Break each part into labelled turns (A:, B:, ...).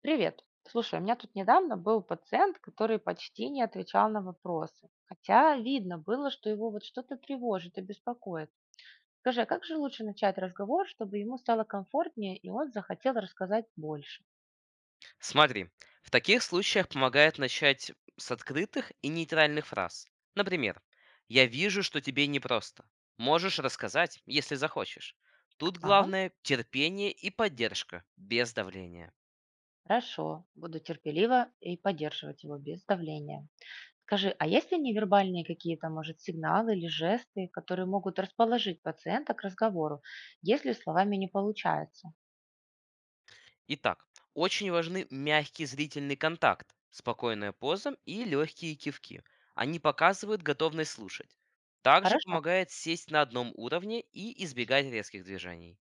A: Привет. Слушай, у меня тут недавно был пациент, который почти не отвечал на вопросы. Хотя видно было, что его вот что-то тревожит и беспокоит. Скажи, а как же лучше начать разговор, чтобы ему стало комфортнее и он захотел рассказать больше?
B: Смотри, в таких случаях помогает начать с открытых и нейтральных фраз. Например, «Я вижу, что тебе непросто. Можешь рассказать, если захочешь». Тут
A: Ага,
B: главное терпение и поддержка, без давления.
A: хорошо. Буду терпеливо и поддерживать его без давления. Скажи, а есть ли невербальные какие-то, может, сигналы или жесты, которые могут расположить пациента к разговору, если словами не получается?
B: Итак, очень важны мягкий зрительный контакт, спокойная поза и легкие кивки. Они показывают готовность слушать. Также
A: Хорошо.
B: помогает сесть на одном уровне и избегать резких движений.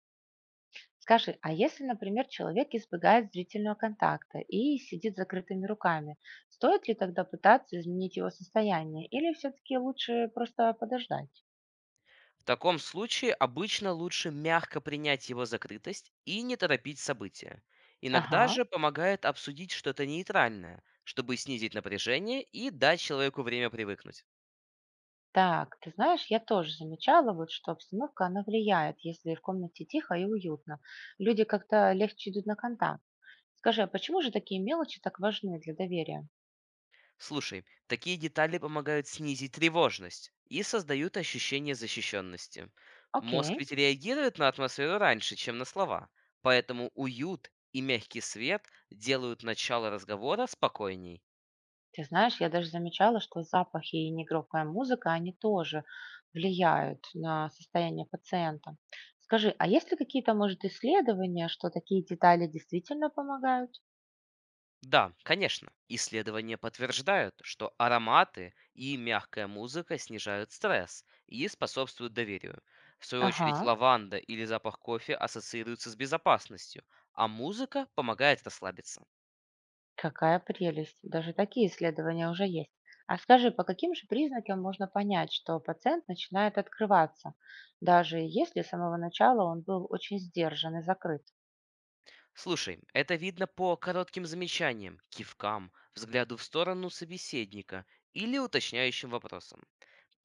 A: Скажи, а если, например, человек избегает зрительного контакта и сидит с закрытыми руками, стоит ли тогда пытаться изменить его состояние или все-таки лучше просто подождать?
B: В таком случае обычно лучше мягко принять его закрытость и не торопить события.
A: Ага.
B: Иногда же помогает обсудить что-то нейтральное, чтобы снизить напряжение и дать человеку время привыкнуть.
A: Так, ты знаешь, я тоже замечала, вот, что обстановка, она влияет, если в комнате тихо и уютно. Люди как-то легче идут на контакт. Скажи, а почему же такие мелочи так важны для доверия?
B: Слушай, такие детали помогают снизить тревожность и создают ощущение защищенности. Мозг
A: Окей.
B: ведь реагирует на атмосферу раньше, чем на слова, поэтому уют и мягкий свет делают начало разговора спокойней.
A: Ты знаешь, я даже замечала, что запахи и негромкая музыка, они тоже влияют на состояние пациента. Скажи, а есть ли какие-то, может, исследования, что такие детали действительно помогают?
B: Да, конечно. Исследования подтверждают, что ароматы и мягкая музыка снижают стресс и способствуют доверию. В свою
A: Ага,
B: очередь, лаванда или запах кофе ассоциируются с безопасностью, а музыка помогает расслабиться.
A: какая прелесть. Даже такие исследования уже есть. А скажи, по каким же признакам можно понять, что пациент начинает открываться, даже если с самого начала он был очень сдержан и закрыт?
B: Слушай, это видно по коротким замечаниям, кивкам, взгляду в сторону собеседника или уточняющим вопросам.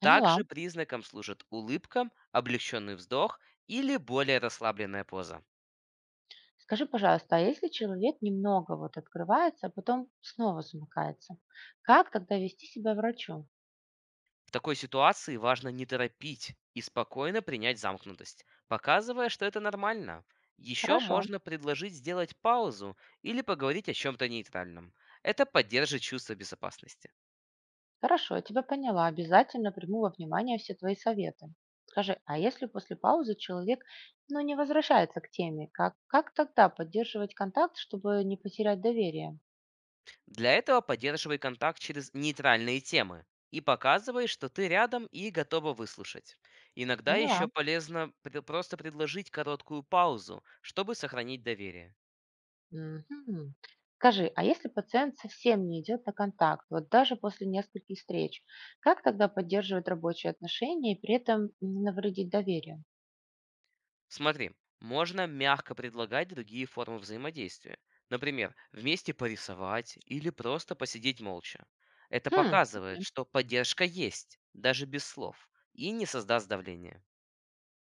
A: Поняла.
B: признаком служат улыбка, облегченный вздох или более расслабленная поза.
A: Скажи, пожалуйста, а если человек немного вот открывается, а потом снова замыкается, как тогда вести себя врачу?
B: В такой ситуации важно не торопить и спокойно принять замкнутость, показывая, что это нормально. Еще
A: Хорошо,
B: можно предложить сделать паузу или поговорить о чем-то нейтральном. Это поддержит чувство безопасности.
A: хорошо, я тебя поняла, обязательно приму во внимание все твои советы. Скажи, а если после паузы человек, ну, не возвращается к теме, как тогда поддерживать контакт, чтобы не потерять доверие?
B: Для этого поддерживай контакт через нейтральные темы и показывай, что ты рядом и готова выслушать. Иногда
A: Поняла.
B: еще полезно просто предложить короткую паузу, чтобы сохранить доверие.
A: Мгм. Скажи, а если пациент совсем не идет на контакт, вот даже после нескольких встреч, как тогда поддерживать рабочие отношения и при этом не навредить доверию?
B: Смотри, можно мягко предлагать другие формы взаимодействия. Например, вместе порисовать или просто посидеть молча. Это
A: Хм.
B: показывает,
A: Мгм.
B: что поддержка есть, даже без слов, и не создаст давления.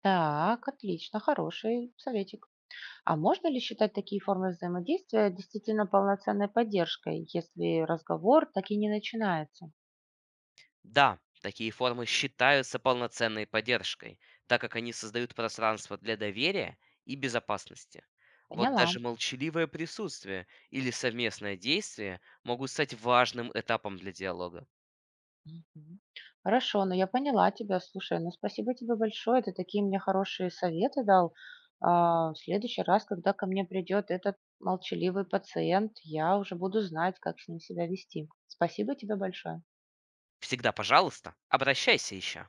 A: Так, отлично, хороший советик. А можно ли считать такие формы взаимодействия действительно полноценной поддержкой, если разговор так и не начинается?
B: Да, такие формы считаются полноценной поддержкой, так как они создают пространство для доверия и безопасности. Вот
A: Поняла.
B: даже молчаливое присутствие или совместное действие могут стать важным этапом для диалога.
A: Мгм. Хорошо, ну я поняла тебя. Слушай, ну спасибо тебе большое. Ты такие мне хорошие советы дал. А, в следующий раз, когда ко мне придет этот молчаливый пациент, я уже буду знать, как с ним себя вести. Спасибо тебе большое.
B: Всегда, пожалуйста, обращайся еще.